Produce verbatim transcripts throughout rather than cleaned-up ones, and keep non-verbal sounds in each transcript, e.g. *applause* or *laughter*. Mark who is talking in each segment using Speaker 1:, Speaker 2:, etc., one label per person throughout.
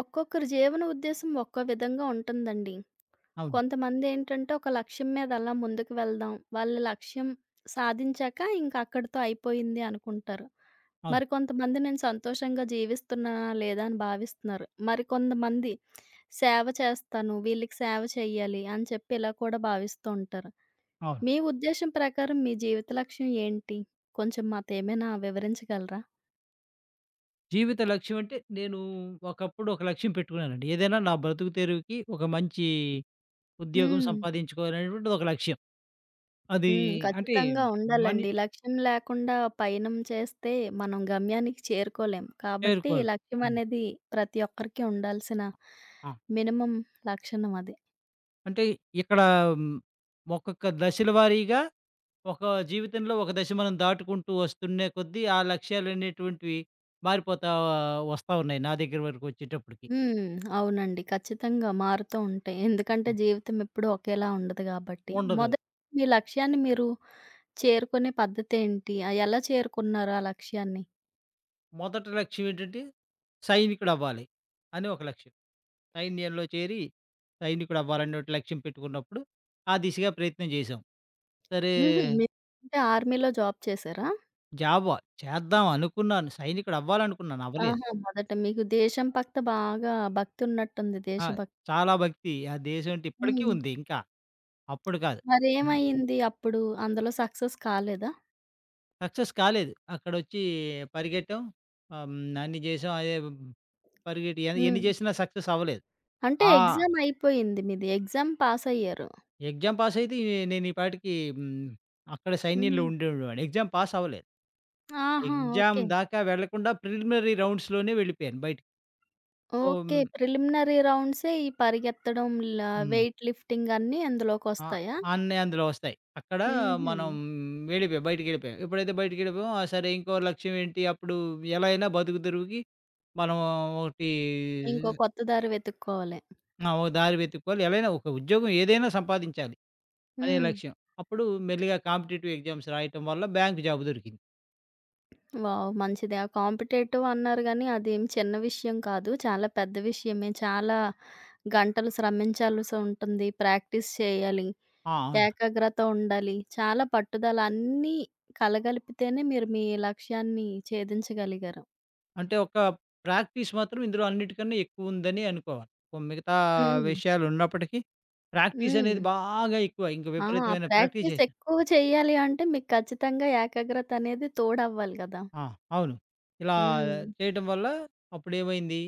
Speaker 1: ఒక్కొక్కరి జీవన ఉద్దేశం ఒక్కో విధంగా ఉంటుందండి.
Speaker 2: అవును.
Speaker 1: కొంతమంది ఏంటంటే ఒక లక్ష్యం మీద అలా ముందుకు వెళ్దాం. వాళ్ళ లక్ష్యం సాధించాక ఇంక అక్కడితో అయిపోయింది అనుకుంటారు.
Speaker 2: అవును.
Speaker 1: మరి కొంతమంది నేను సంతోషంగా జీవిస్తున్నానా లేదా అని భావిస్తున్నారు. మరికొంతమంది సేవ చేస్తాను, వీళ్ళకి సేవ చేయాలి అని చెప్పి ఇలా కూడా భావిస్తూ ఉంటారు.
Speaker 2: అవును.
Speaker 1: మీ ఉద్దేశం ప్రకారం మీ జీవిత లక్ష్యం ఏంటి? కొంచెం మాతో ఏమైనా వివరించగలరా?
Speaker 2: జీవిత లక్ష్యం అంటే నేను ఒకప్పుడు ఒక లక్ష్యం పెట్టుకున్నానండి. ఏదైనా నా బ్రతుకు తెరువుకి ఒక మంచి ఉద్యోగం
Speaker 1: హ్మ్.
Speaker 2: సంపాదించుకోవాలనేటువంటిది ఒక లక్ష్యం. అది
Speaker 1: హ్మ్.
Speaker 2: అంటే
Speaker 1: ఖచ్చితంగా
Speaker 2: మని
Speaker 1: ఉండాలండి. లక్ష్యం లేకుండా పయనం చేస్తే మనం గమ్యానికి చేరుకోలేం. కాబట్టి
Speaker 2: చేరుకోవాలి.
Speaker 1: లక్ష్యం
Speaker 2: హ్మ్.
Speaker 1: అనేది ప్రతి ఒక్కరికి ఉండాల్సిన
Speaker 2: ఆ!
Speaker 1: మినిమమ్ లక్షణం అది.
Speaker 2: అంటే ఇక్కడ హ్మ్, ఒక్కొక్క దశల వారీగా ఒక జీవితంలో ఒక దశ మనం దాటుకుంటూ వస్తున్నే కొద్దీ ఆ లక్ష్యాలనేటువంటివి మారిపోతా వస్తా ఉన్నాయి నా దగ్గర వరకు వచ్చేటప్పటికి.
Speaker 1: హ్మ్. అవునండి. ఖచ్చితంగా మారుతూ ఉంటాయి. ఎందుకంటే జీవితం ఎప్పుడూ ఒకేలా ఉండదు గాబట్టి.
Speaker 2: ఉండదు.
Speaker 1: మొదట మీ లక్ష్యాన్ని మీరు చేరుకునే పద్ధతేంటి? ఆహ్, ఎలా చేరుకున్నారు ఆ లక్ష్యాన్ని?
Speaker 2: మొదటి లక్ష్యం ఏంటంటే సైనికుడవ్వాలి అని ఒక లక్ష్యం. సైన్యంలో చేరి సైనికుడవ్వాలని ఒకటి లక్ష్యం పెట్టుకున్నప్పుడు, ఆ దిశగా ప్రయత్నం చేశాం. సరే
Speaker 1: హుహు. మీరు అంటే ఆర్మీలో జాబ్ చేశారా?
Speaker 2: జాబా చేద్దాం అనుకున్నాను. సైనికుడవ్వాలనుకున్నాను అవ్వలేదు.
Speaker 1: ఆహా! మొదట మీకు దేశం పక్త బాగా భక్తున్నట్టుంది.
Speaker 2: ఆ!
Speaker 1: దేశభక్తి.
Speaker 2: చాలా భక్తి ఆ దేశం అంటే ఇప్పటికీ
Speaker 1: హ్మ్.
Speaker 2: ఉంది ఇంకా. అప్పుడు కాదు. హ్మ్.
Speaker 1: మరేమయింది అప్పుడు? అందులో సక్సెస్ కాలేదా?
Speaker 2: సక్సెస్ కాలేదు. అక్కడొచ్చి పరిగెట్టాం. ఆహ్, హ్మ్, అన్ని చేసాం. అదే పరిగెట్టి ఎన్
Speaker 1: హ్మ్.
Speaker 2: ఎన్ని చేసినా సక్సెస్ అవ్వలేదు.
Speaker 1: అంటే
Speaker 2: ఆ!
Speaker 1: ఎగ్జామ్ అయిపోయింది మీది. ఎగ్జామ్ పాస్ అయ్యారు.
Speaker 2: ఎగ్జామ్ పాస్ అయితే ఈ- నేను ఈ పాటికి హ్మ్, అక్కడ సైన్యంలో
Speaker 1: హ్మ్.
Speaker 2: ఉండేవాడిని. ఎగ్జామ్ పాస్ అవ్వలేదు.
Speaker 1: ఆహా!
Speaker 2: Exam
Speaker 1: okay.
Speaker 2: దాకా వెళ్ళకుండా ప్రిలిమినరీ రౌండ్స్‌లోనే వెళ్ళిపోయాను బయటికి. ఓహ్!
Speaker 1: ఓకే.
Speaker 2: హ్మ్.
Speaker 1: ప్రిలిమినరీ రౌండ్సే ఈ పరిగెత్తడం, ల
Speaker 2: హ్మ్.
Speaker 1: వెయిట్ లిఫ్టింగ్ అన్నీ
Speaker 2: ఆ!
Speaker 1: అందులోకొస్తాయా?
Speaker 2: అన్నీ అందులో వస్తాయి. అక్కడ
Speaker 1: హుహు.
Speaker 2: మనం వెళ్ళిపోయాం. బయటికెళ్ళిపోయాం. ఎప్పుడైతే బయటికెళ్ళిపోయామో ఆ! సరే ఇంకో లక్ష్యం ఏంటి? అప్పుడు ఎలా అయినా బతుకు తెరువుకి మనం ఒకటి
Speaker 1: ఇంకో కొత్త దారి వెతుక్కోవాలి.
Speaker 2: ఆ! ఒక దారి వెతుక్కోవాలి. ఎలా అయినా ఒక ఉద్యోగం ఏదైనా సంపాదించాలి అనే
Speaker 1: హ్మ్.
Speaker 2: లక్ష్యం. అప్పుడు మెల్లిగా కాంపిటీటివ్ ఎగ్జామ్స్ రాయటం వల్ల బ్యాంక్ జాబ్ దొరికింది.
Speaker 1: వావ్! మంచిదే. ఆ కాంపిటేటివ్ అన్నారు గానీ, అదేం చిన్న విషయం కాదు. చాలా పెద్ద విషయమే. చాలా గంటలు శ్రమించాల్సి ఉంటుంది. ప్రాక్టీస్ చేయాలి.
Speaker 2: ఆ!
Speaker 1: ఏకాగ్రత ఉండాలి. చాలా పట్టుదల అన్నీ కలగలిపితేనే మీరు మీ లక్ష్యాన్ని ఛేదించగలిగారు.
Speaker 2: అంటే ఒక ప్రాక్టీస్ మాత్రం ఇందులో అన్నిటికన్నా ఎక్కువుందని అనుకోవాలి. ఓ మిగతా
Speaker 1: హ్మ్.
Speaker 2: విషయాలున్నప్పటికీ ప్రాక్టీస్
Speaker 1: హ్మ్.
Speaker 2: అనేది బాగా ఎక్కువ. ఇంక
Speaker 1: ఆ!
Speaker 2: విపరీతమైన ప్రాక్టీస్
Speaker 1: ప్రాక్టీస్
Speaker 2: చేశా.
Speaker 1: ఎక్కువ చేయాలి అంటే మీకు ఖచ్చితంగా ఏకాగ్రత అనేది తోడవ్వాలి గదా!
Speaker 2: ఆ! అవును. ఇలా
Speaker 1: హ్మ్.
Speaker 2: చేయటం వల్ల అప్పుడేమైంది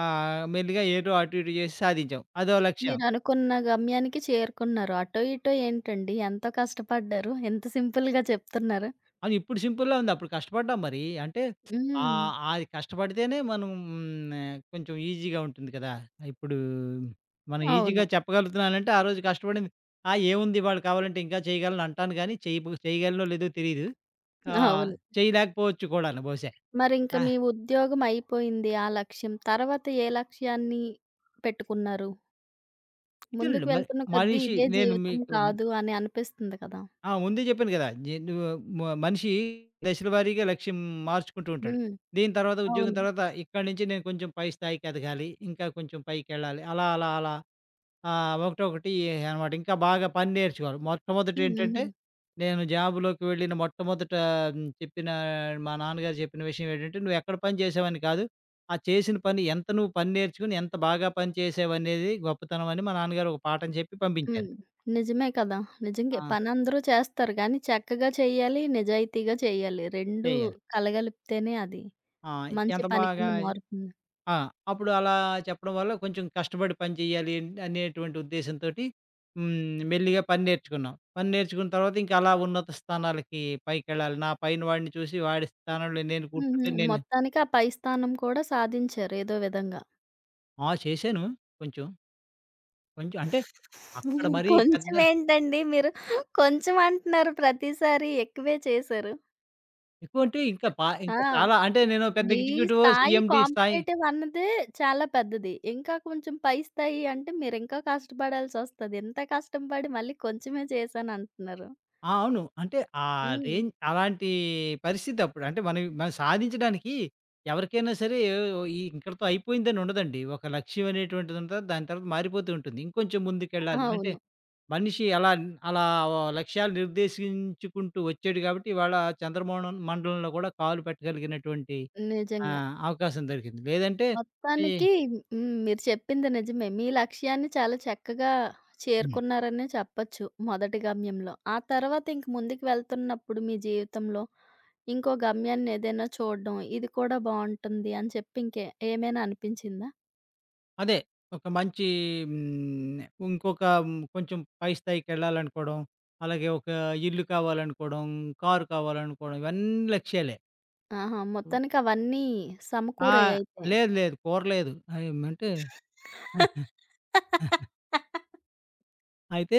Speaker 2: ఆహ్, మెల్లిగా ఏటో అటు ఇటు చేసి సాధించాం. అదో లక్ష్యం.
Speaker 1: మీరనుకున్న గమ్యానికి చేరుకున్నారు. అటో ఇటో ఏంటండి ఎంతో కష్టపడ్డారు. ఇంత సింపుల్‌గా చెప్తున్నారు.
Speaker 2: అది ఇప్పుడు సింపుల్‌లా ఉంది. అప్పుడు కష్టపడ్డాం మరి. అంటే
Speaker 1: హ్మ్.
Speaker 2: ఆహ్, అది కష్టపడితేనే మనం ఆహ్, కొంచెం ఈజీగా ఉంటుంది కదా! ఇప్పుడు మనం
Speaker 1: అవును.
Speaker 2: ఈజీగా చెప్పగలుగుతున్నానంటే ఆ రోజు కష్టపడింది. ఆ! ఏముంది ఇవాళ కావాలంటే ఇంకా చేయగలను అంటాను గానీ చేయ చేయగలనో లేదో తెలీదు. ఆహ్,
Speaker 1: అవును.
Speaker 2: చేయలేకపోవచ్చు కూడాను బహుశా.
Speaker 1: మరింక
Speaker 2: ఆ!
Speaker 1: మీ ఉద్యోగం అయిపోయింది ఆ లక్ష్యం. తర్వాత ఏ లక్ష్యాన్ని పెట్టుకున్నారు? ముందుకు
Speaker 2: ఇదేనండి మరి
Speaker 1: వెళ్తున్న కొద్దీ
Speaker 2: మనిషి
Speaker 1: ఇదే
Speaker 2: నేను
Speaker 1: జీవితం
Speaker 2: మీకు
Speaker 1: కాదు అని అనిపిస్తుంది కదా!
Speaker 2: ఆ! ముందే చెప్పాను గదా! నేను మ మనిషి దశల వారీగా లక్ష్యం మార్చుకుంటూ ఉంటాడు.
Speaker 1: హ్మ్.
Speaker 2: దీని తర్వాత ఉద్యోగం
Speaker 1: అవును.
Speaker 2: తర్వాత ఇక్కడి నుంచి నేను కొంచెం పై స్థాయికి ఎదగాలి. ఇంకా కొంచెం పైకెళ్ళాలి. అలా అలా అలా ఆహ్, ఒకటొకటి అనమాట. ఇంకా బాగా పని నేర్చుకోవాలి. మొట్టమొదట
Speaker 1: హ్మ్. హుహు.
Speaker 2: ఏంటంటే నేను జాబ్‌లోకి వెళ్ళిన మొట్టమొదట హ్మ్, చెప్పిన మా నాన్నగారు చెప్పిన విషయం ఏంటంటే, "నువ్వెక్కడ పని చేసావని కాదు, ఆ చేసిన పని ఎంత నువ్వు పని నేర్చుకొని ఎంత బాగా పని చేసావనేది గొప్పతనం" అని మా నాన్నగారు ఒక పాఠం చెప్పి పంపించారు.
Speaker 1: హ్మ్. నిజమే కదా! నిజంగే.
Speaker 2: ఆ!
Speaker 1: పనందరూ చేస్తారు గానీ, చక్కగా చెయ్యాలి, నిజాయితీగా చెయ్యాలి. రెండూ
Speaker 2: చేయాలి.
Speaker 1: కలగలిపితేనే అది
Speaker 2: ఆ!
Speaker 1: మంచి
Speaker 2: ఎంత
Speaker 1: పని కింద
Speaker 2: బాగా
Speaker 1: మారుతుంది.
Speaker 2: ఆ! అప్పుడు అలా చెప్పడం వల్ల కొంచెం కష్టపడి పని చేయాలి అనేటువంటి ఉద్దేశంతోటి హ్మ్. మెల్లిగా పని నేర్చుకున్నాం. పని నేర్చుకున్న తర్వాత ఇంకా అలా ఉన్నత స్థానాలకి పైకెళ్ళాలి. నా పైన వాడిని చూసి వాడి స్థానంలో నేను
Speaker 1: హుహు.
Speaker 2: కూర్చుంటే నేను
Speaker 1: మొత్తానికి ఆ పై స్థానం కూడా సాధించారు ఏదో విధంగా.
Speaker 2: ఆ! చేశాను కొంచెం. కొంచెం అంటే అక్కడ మరీ
Speaker 1: కొంచెం
Speaker 2: పెద్ద
Speaker 1: ఏంటండి మీరు కొంచెం అంటున్నారు ప్రతిసారి ఎక్కువే చేశారు.
Speaker 2: ఎక్కువంటే ఇంకా పా
Speaker 1: ఆ!
Speaker 2: ఇంకా చాలా అంటే నేను పెద్ద
Speaker 1: మీ
Speaker 2: ఎగ్జిక్యూటివ్,
Speaker 1: స్థాయి
Speaker 2: సీఎండీ స్థాయి
Speaker 1: కాంపిటేటివ్ అన్నదే చాలా పెద్దది. ఇంకా కొంచెం పై స్థాయి అంటే మీరింకా కష్టపడాల్సొస్తది. ఇంత కష్టం పడి మళ్ళీ కొంచెమే చేశానంటున్నారు.
Speaker 2: ఆ! అవును. అంటే ఆ
Speaker 1: హ్మ్.
Speaker 2: రేంజ్ అలాంటి పరిస్థితప్పుడు. అంటే మనం మనం సాధించడానికి ఎవరికైనా సరే ఓ- ఈ ఇక్కడితో అయిపోయిందని ఉండదండి. ఒక లక్ష్యం అనేటువంటిది ఉంటది. దాని తర్వాత మారిపోతూ ఉంటుంది. ఇంకొంచెం ముందుకెళ్ళాలి. అంటే
Speaker 1: అవును.
Speaker 2: మనిషి అలా అలా ఓ లక్ష్యాలు నిర్దేశించుకుంటూ వచ్చాడు కాబట్టి ఇవాళ చంద్రమోహనం మండలంలో కూడా కాలు పెట్టగలిగినటువంటి
Speaker 1: నిజంగా.
Speaker 2: ఆహ్, అవకాశం దొరికింది. లేదంటే ఈ
Speaker 1: మొత్తానికి హ్మ్. మీరు చెప్పింది నిజమే. మీ లక్ష్యాన్ని చాలా చక్కగా చేరుకున్నారనే చెప్పొచ్చు మొదటి గమ్యంలో. ఆ తర్వాత ఇంక ముందుకు వెళ్తున్నప్పుడు మీ జీవితంలో ఇంకో గమ్యాన్నేదైనా చూడడం, ఇది కూడా బావుంటుంది అని చెప్పి ఇంకే ఏమైనా అనిపించిందా?
Speaker 2: అదే. ఒక మంచి హ్మ్. ఇంకొక హ్మ్. కొంచెం పై స్థాయికెళ్ళాలనుకోవడం, అలాగే ఒక ఇల్లు కావాలనుకోవడం, కారు కావాలనుకోవడం ఇవన్నీ లక్ష్యాలే.
Speaker 1: ఆహా!
Speaker 2: హ్మ్.
Speaker 1: మొత్తానికవన్నీ
Speaker 2: ఆ!
Speaker 1: సమకూరాయయితే.
Speaker 2: లేదు లేదు. కోరలేదు. ఏమంటే *laughs* అయితే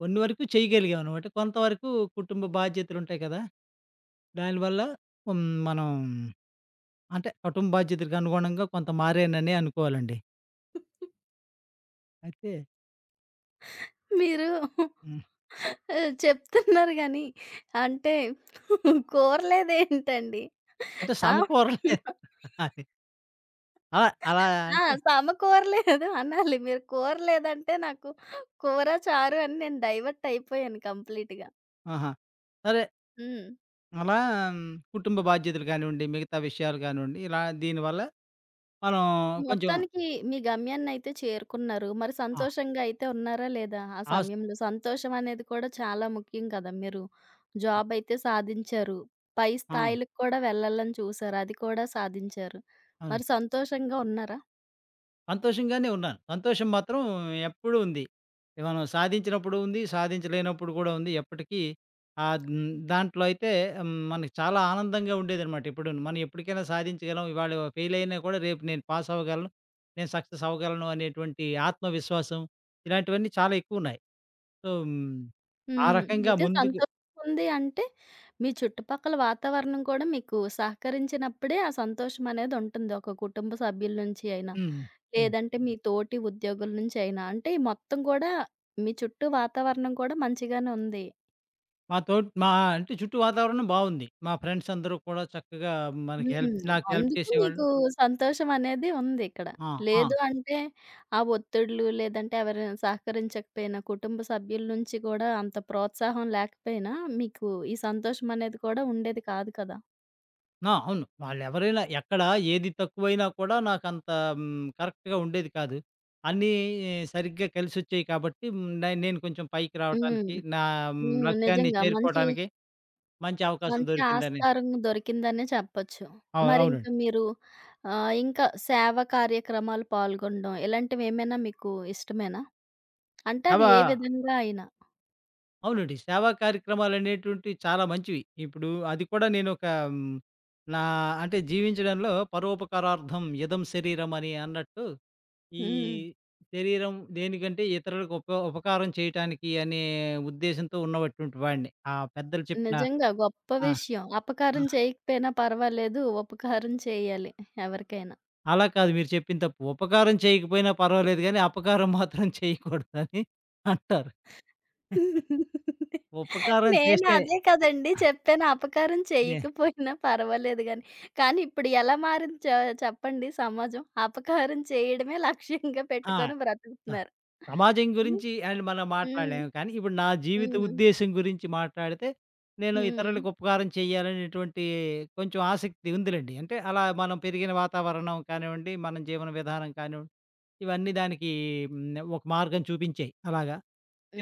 Speaker 2: కొన్ని వరకు చేయగలిగామనమాట. కొంతవరకు కుటుంబ బాధ్యతలుంటాయి కదా! దానివల్ల హ్మ్. మనం అంటే కుటుంబ బాధ్యతలకు అనుగుణంగా కొంత మారాననే అనుకోవాలండి. అయితే
Speaker 1: మీరు
Speaker 2: హ్మ్.
Speaker 1: ఆహ్, చెప్తున్నారు గానీ, అంటే కూరలేదేంటండి?
Speaker 2: అంటే
Speaker 1: ఆ!
Speaker 2: సమకూరలేదు. *laughs* అది. అలా అలా
Speaker 1: ఆ!
Speaker 2: అంటే
Speaker 1: సమకూరలేదు అనాలి. మీరు కూర లేదంటే నాకు కూర, చారు అని నేను డైవర్ట్ అయిపోయాను కంప్లీట్‌గా.
Speaker 2: ఆహా! సరే
Speaker 1: హ్మ్.
Speaker 2: అలా హ్మ్, కుటుంబ బాధ్యతలు కానివ్వండి, మిగతా విషయాలు కానివ్వండి, ఇలా దీనివల్ల మనం కొంచెం
Speaker 1: మొత్తానికి మీ గమ్యాన్నయితే చేరుకున్నారు. మరి
Speaker 2: ఆ!
Speaker 1: సంతోషంగా అయితే ఉన్నారా లేదా? ఆ
Speaker 2: ఆస్
Speaker 1: సమయంలో సంతోషం అనేది కూడా చాలా ముఖ్యం కదా! మీరు జాబ్ అయితే సాధించారు. పై
Speaker 2: ఆ!
Speaker 1: స్థాయిలకు కూడా వెళ్ళాలని చూసారు. అది కూడా సాధించారు.
Speaker 2: అవును.
Speaker 1: మరి సంతోషంగా ఉన్నారా?
Speaker 2: సంతోషంగానే ఉన్నాను. సంతోషం మాత్రం ఎప్పుడూ ఉంది. మనం సాధించినప్పుడు ఉంది, సాధించలేనప్పుడు కూడా ఉంది. ఎప్పటికీ ఆహ్, హ్మ్, దాంట్లో అయితే హ్మ్, మనకి చాలా ఆనందంగా ఉండేదనమాట ఎప్పుడూను. మనం ఎప్పటికైనా సాధించగలం. ఇవాళ ఫెయిల్ అయినా కూడా రేపు నేను పాస్ అవ్వగలను, నేను సక్సెస్ అవ్వగలను అనేటువంటి ఆత్మవిశ్వాసం ఇలాంటివన్నీ చాలా ఎక్కువున్నాయి. సో, హ్మ్, ఆ
Speaker 1: హ్మ్.
Speaker 2: రకంగా
Speaker 1: అయితే
Speaker 2: ముందుకు
Speaker 1: సంతోషం ఉంది అంటే మీ చుట్టుపక్కల వాతావరణం కూడా మీకు సహకరించినప్పుడే ఆ సంతోషం అనేది ఉంటుంది. ఒక కుటుంబ సభ్యుల నుంచి అయినా.
Speaker 2: హ్మ్. హ్మ్.
Speaker 1: లేదంటే మీ తోటి ఉద్యోగుల నుంచి అయినా? అంటే మొత్తం గూడా మీ చుట్టూ వాతావరణం కూడా మంచిగానే ఉంది.
Speaker 2: మా తోటి మా అంటే చుట్టూ వాతావరణం బావుంది. మా ఫ్రెండ్స్ అందరూ కూడా చక్కగా మనకి హెల్ప్
Speaker 1: హ్మ్.
Speaker 2: నాకు హెల్ప్
Speaker 1: అందుకు
Speaker 2: చేసేవాళ్ళు.
Speaker 1: మీకు సంతోషం అనేది ఉంది ఇక్కడ.
Speaker 2: ఆ! ఆ!
Speaker 1: లేదు అంటే ఆ ఒత్తిడులు లేదంటే ఎవరైనా సహకరించకపోయినా, కుటుంబ సభ్యుల నుంచి కూడా అంత ప్రోత్సాహం లేకపోయినా మీకు ఈ సంతోషం అనేది కూడా ఉండేది కాదు కదా!
Speaker 2: ఆ! అవును. వాళ్ళెవరైనా ఎక్కడ ఏది తక్కువైనా కూడా నాకంత హ్మ్, కరెక్ట్‌గా ఉండేది కాదు. అన్నీ సరిగ్గా కలిసొచ్చాయి కాబట్టి హ్మ్, నే నేను కొంచెం పైకి
Speaker 1: హ్మ్.
Speaker 2: రావటానికి, నా
Speaker 1: హ్మ్.
Speaker 2: లక్ష్యాన్ని
Speaker 1: నిజంగా మంచి
Speaker 2: చేరుకోవడానికి మంచి అవకాశం
Speaker 1: మంచి
Speaker 2: దొరికిందని
Speaker 1: ఆస్కారం దొరికిందనే చెప్పొచ్చు.
Speaker 2: అవును.
Speaker 1: మరింక
Speaker 2: అవునండి.
Speaker 1: మీరు ఆహ్, ఇంకా సేవా కార్యక్రమాలు పాల్గొనడం ఇలాంటివేమైనా మీకు ఇష్టమేనా? అంటే
Speaker 2: అవ
Speaker 1: అది ఏ విధంగా అయినా.
Speaker 2: అవునండి. సేవా కార్యక్రమాలనేటువంటివి చాలా మంచివి. ఇప్పుడు అది కూడా నేనొక హ్మ్, నా అంటే జీవించడంలో పరోపకారార్థం ఇదం శరీరం అని అన్నట్టు, ఈ
Speaker 1: హ్మ్.
Speaker 2: శరీరం దేనికంటే ఇతరులకు ఉప ఉపకారం చేయటానికి అనే ఉద్దేశంతో ఉన్నటువంటి వాడిని. ఆ పెద్దలు చెప్పిన
Speaker 1: నిజంగా గొప్ప
Speaker 2: ఆ!
Speaker 1: విషయం.
Speaker 2: ఆ!
Speaker 1: అపకారం చేయకపోయినా పర్వాలేదు, ఉపకారం చేయాలి ఎవరికైనా.
Speaker 2: అలా కాదు మీరు చెప్పింది తప్పు. ఉపకారం చేయకపోయినా పర్వాలేదు గానీ, అపకారం మాత్రం చేయకూడదని అంటారు. ఉపకారం
Speaker 1: నేను
Speaker 2: చేస్తే
Speaker 1: అదే కదండీ చెప్పాను. అపకారం
Speaker 2: నే
Speaker 1: చెయ్యకపోయినా పర్వాలేదు గాని. కానీ ఇప్పుడు ఎలా మారింది చె చెప్పండి సమాజం. అపకారం చేయడమే లక్ష్యంగా
Speaker 2: ఆ!
Speaker 1: పెట్టుకొని
Speaker 2: ఆ!
Speaker 1: బ్రతుకుతున్నారు.
Speaker 2: సమాజం
Speaker 1: హ్మ్.
Speaker 2: గురించి అండ్ మనం
Speaker 1: హ్మ్.
Speaker 2: మాట్లాడలేము. కానీ ఇప్పుడు నా జీవిత
Speaker 1: హ్మ్.
Speaker 2: ఉద్దేశ్యం గురించి మాట్లాడితే, నేను
Speaker 1: హ్మ్.
Speaker 2: ఇతరులకు ఉపకారం చేయాలనేటువంటి కొంచెం ఆసక్తి ఉందిలెండి. అంటే అలా మనం పెరిగిన వాతావరణం కానివ్వండి, మన జీవన విధానం కానివ్వండి, ఇవన్నీ దానికి హ్మ్, ఒక మార్గం చూపించాయి. అలాగా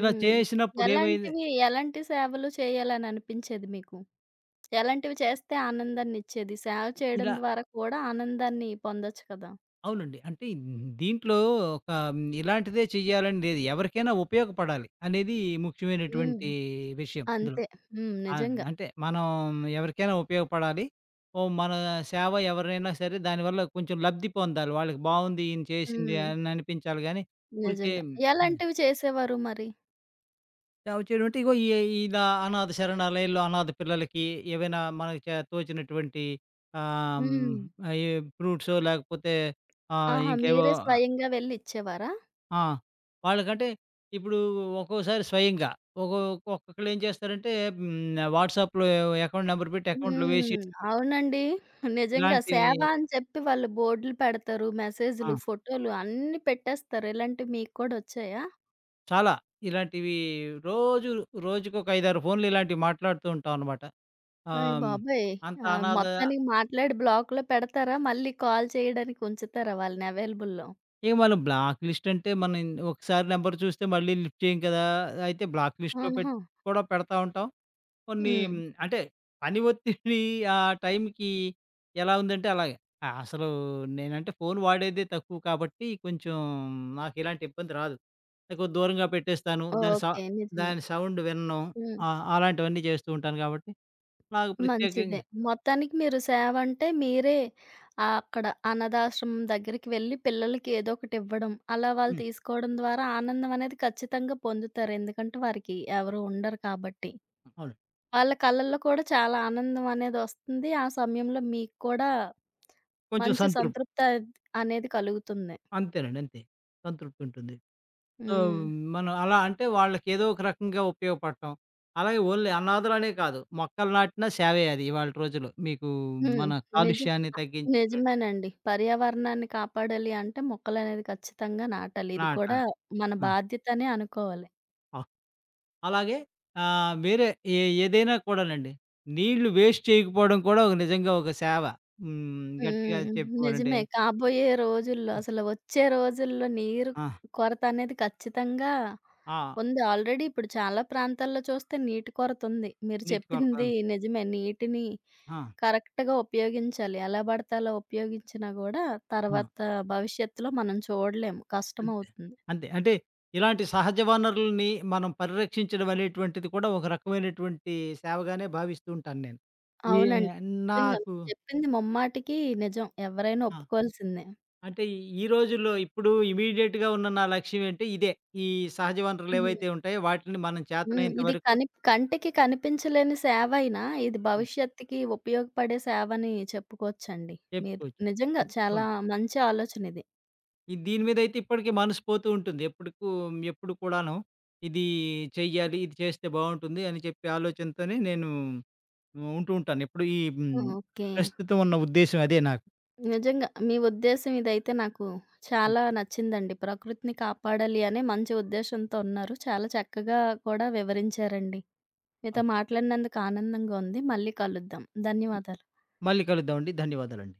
Speaker 2: ఇలా చేసినప్పుడు ఏమైంది
Speaker 1: ఎలాంటివి, ఎలాంటి సేవలు చేయాలననిపించేది మీకు? ఎలాంటివి చేస్తే ఆనందాన్నిచ్చేది? సేవ చేయడం
Speaker 2: ఇలా
Speaker 1: ద్వారా కూడా ఆనందాన్ని పొందొచ్చు కదా!
Speaker 2: అవునండి. అంటే దీంట్లో ఒక మ్, ఇలాంటిదే చేయాలని లేదు. ఎవరికైనా ఉపయోగపడాలి అనేది
Speaker 1: హ్మ్.
Speaker 2: ముఖ్యమైనటువంటి విషయం అందులో.
Speaker 1: అంతే. హ్మ్.
Speaker 2: ఆ!
Speaker 1: నిజంగా.
Speaker 2: అంటే మనం ఎవరికైనా ఉపయోగపడాలి. ఓహ్! మన సేవ ఎవరైనా సరే దానివల్ల కొంచెం లబ్ధి పొందాలి. వాళ్ళకి బావుంది ఈయన చేసింది
Speaker 1: హ్మ్.
Speaker 2: అని అనిపించాలి గానీ, ఊరికే
Speaker 1: నిజంగా.
Speaker 2: హ్మ్.
Speaker 1: ఎలాంటివి చేసేవారు మరి?
Speaker 2: సేవ చేయడం అంటే ఇగో ఈ ఇలా అనాథ శరణాలయంలో అనాథ పిల్లలకి ఏవైనా మనకి చే తోచినటువంటి ఆహ్,
Speaker 1: హ్మ్.
Speaker 2: హ్మ్, ఈ ఫ్రూట్సో లేకపోతే ఆహ్,
Speaker 1: ఆహా!
Speaker 2: ఇంకేవో
Speaker 1: మీరే స్వయంగా వెళ్లి ఇచ్చేవారా?
Speaker 2: ఆ! వాళ్ళకంటే ఇప్పుడు ఒక్కోసారి స్వయంగా ఒక్కొ ఒక్కొక్కళ్ళు ఏం చేస్తారంటే హ్మ్, వాట్సాప్‌లో అకౌంట్ నంబర్ పెట్టి అకౌంట్‌లో వేసి
Speaker 1: హ్మ్. అవునండి. నిజంగా
Speaker 2: ఇలాంటివి
Speaker 1: సేవ అని చెప్పి వాళ్ళు బోర్డులు పెడతారు.
Speaker 2: ఆ!
Speaker 1: మెసేజులు, ఫోటోలు అన్నీ పెట్టేస్తారు. ఇలాంటివి మీకు కూడా వచ్చాయా?
Speaker 2: చాలా. ఇలాంటివి రోజు రోజుకొక ఐదు, ఆరు ఫోన్‌లు ఇలాంటివి మాట్లాడుతూ ఉంటాం అనమాట.
Speaker 1: అయ్
Speaker 2: ఆహ్, హ్మ్,
Speaker 1: బాబోయ్!
Speaker 2: అంత
Speaker 1: ఆ!
Speaker 2: అనాథ
Speaker 1: మొత్తానికి మాట్లాడి బ్లాక్‌లో పెడతారా? మళ్ళీ కాల్ చేయడానికి ఉంచుతారా వాళ్ళని అవైలబుల్‌లో?
Speaker 2: ఇక మనం బ్లాక్ లిస్ట్ అంటే మనం ఇన్- ఒకసారి నంబర్ చూస్తే మళ్ళీ లిఫ్ట్ చేయం కదా! అయితే బ్లాక్ లిస్ట్‌లో
Speaker 1: ఆహా!
Speaker 2: పెట్టి కూడా పెడతా ఉంటాం. కొన్ని
Speaker 1: హ్మ్.
Speaker 2: హ్మ్, అంటే పని ఒత్తిడి ఆ టైంకి ఎలా ఉందంటే అలాగే. ఆ! అసలు నేనంటే ఫోను వాడేదే తక్కువ కాబట్టి కొంచెం నాకిలాంటి ఇబ్బంది రాదు. ఎక్కువ దూరంగా పెట్టేస్తాను. దాని సౌ
Speaker 1: ఓకే. నిజంగా.
Speaker 2: దాని సౌండ్ వినను.
Speaker 1: హ్మ్.
Speaker 2: ఆ! అలాంటివన్నీ చేస్తూ ఉంటాను కాబట్టి నాకు
Speaker 1: మంచిదే.
Speaker 2: ప్రత్యేకంగా
Speaker 1: మొత్తానికి మీరు సేవంటే మీరే ఆహ్, అక్కడ అనాథాశ్రమం దగ్గరికి వెళ్లి పిల్లలకి ఏదో ఒకటివ్వడం, అలా వాళ్ళు
Speaker 2: హ్మ్.
Speaker 1: తీసుకోవడం ద్వారా ఆనందం అనేది ఖచ్చితంగా పొందుతారు. ఎందుకంటే వారికి ఎవరు ఉండరు కాబట్టి.
Speaker 2: అవును.
Speaker 1: వాళ్ళ కళ్ళల్లో కూడా చాలా ఆనందం అనేదొస్తుంది. ఆ సమయంలో మీకు కూడా
Speaker 2: కొంచెం
Speaker 1: మంచి
Speaker 2: సంతృప్తి.
Speaker 1: సంతృప్తి అద్ అనేది కలుగుతుంది.
Speaker 2: అంతేనండి అంతే. సంతృప్తి ఉంటుంది. సో,
Speaker 1: హ్మ్.
Speaker 2: మనం అలా అంటే వాళ్ళకేదో ఒక రకంగా ఉపయోగపడటం. అలాగే ఓన్లీ అనాథలనే కాదు. మొక్కలు నాటినా సేవే అది ఇవాళటి రోజుల్లో. మీకు
Speaker 1: హ్మ్.
Speaker 2: మన
Speaker 1: నిజం
Speaker 2: కాలుష్యాన్ని తగ్గించేటువంటి
Speaker 1: నిజమేనండి. పర్యావరణాన్ని కాపాడాలి అంటే మొక్కలనేది ఖచ్చితంగా నాటాలి. ఇది కూడా
Speaker 2: నాటాలి.
Speaker 1: మన
Speaker 2: ఆ!
Speaker 1: బాధ్యతనే అనుకోవాలి.
Speaker 2: అవ్ అలాగే ఆహ్, వేరే ఏ ఏదైనా కూడానండి. నీళ్లు వేస్ట్ చేయకపోవడం కూడా ఒక నిజంగా ఒక సేవ. హ్మ్. గట్టిగా
Speaker 1: హ్మ్.
Speaker 2: చెప్పుకోవాలంటే.
Speaker 1: నిజమే. కాబోయే రోజుల్లో అసలు వచ్చే రోజుల్లో నీరు
Speaker 2: ఆ!
Speaker 1: కొరత అనేది ఖచ్చితంగా
Speaker 2: ఆ!
Speaker 1: ఉంది. ఆల్రెడీ ఇప్పుడు చాలా ప్రాంతాల్లో చూస్తే నీటి కొరత ఉంది. మీరు
Speaker 2: నీటి కొరత.
Speaker 1: చెప్పింది నిజమే. నీటిని
Speaker 2: ఆ!
Speaker 1: కరెక్ట్‌గా ఉపయోగించాలి. ఎలా పడితే అలా ఉపయోగించినా గూడా
Speaker 2: ఆ!
Speaker 1: తర్వాత భవిష్యత్తులో మనం చూడలేము.
Speaker 2: అంతే.
Speaker 1: కష్టమవుతుంది.
Speaker 2: అంతే. అంటే ఇలాంటి సహజ వనరుల్ని మనం పరిరక్షించడం అనేటువంటిది కూడా ఒక రకమైనటువంటి సేవగానే భావిస్తూ ఉంటాను నేను. ఈ
Speaker 1: అవునండి. నిజంగా
Speaker 2: నాకు
Speaker 1: మీరు చెప్పింది ముమ్మాటికి నిజం. ఎవరైనా
Speaker 2: ఆ!
Speaker 1: ఒప్పుకోవాల్సిందే.
Speaker 2: అంటే ఈ ఈ రోజుల్లో ఇప్పుడు ఇమ్మీడియేట్‌గా ఉన్న నా లక్ష్యం ఏంటి ఇదే. ఈ సహజ వనరులు
Speaker 1: హ్మ్.
Speaker 2: ఏవైతే ఉంటాయో వాటిని మనం
Speaker 1: హ్మ్.
Speaker 2: చేతనైనంత
Speaker 1: ఇది
Speaker 2: వరకు
Speaker 1: కని కంటికి కనిపించలేని సేవైనా, ఇది
Speaker 2: హ్మ్.
Speaker 1: భవిష్యత్తుకి ఉపయోగపడే సేవని చెప్పుకోవచ్చండి. మీరు
Speaker 2: చెప్పుకోవచ్చు.
Speaker 1: నిజంగా
Speaker 2: హ్మ్.
Speaker 1: చాలా
Speaker 2: అవును.
Speaker 1: మంచి ఆలోచన ఇది.
Speaker 2: ఈ దీని మీదయితే ఇప్పటికి మనసు పోతూ ఉంటుంది. ఎప్పుడుకు ఎప్పుడు కూడాను ఇది చెయ్యాలి, ఇది చేస్తే బావుంటుంది అని చెప్పి ఆలోచనతోనే నేను ఉంటూ ఉంటాను. ఎప్పుడు ఈ హ్మ్.
Speaker 1: ఓకే.
Speaker 2: ప్రస్తుతం ఉన్న ఉద్దేశ్యం అదే నాకు.
Speaker 1: నిజంగా మీ ఉద్దేశ్యం ఇదైతే నాకు
Speaker 2: హ్మ్.
Speaker 1: చాలా నచ్చిందండి. ప్రకృతిని కాపాడాలి అనే మంచి ఉద్దేశంతో ఉన్నారు. చాలా చక్కగా కూడా వివరించారండి. మీతో మాట్లాడినందుకు ఆనందంగా ఉంది. మళ్ళీ కలుద్దాం. ధన్యవాదాలు.
Speaker 2: మళ్ళీ కలుద్దామండి. ధన్యవాదాలండి.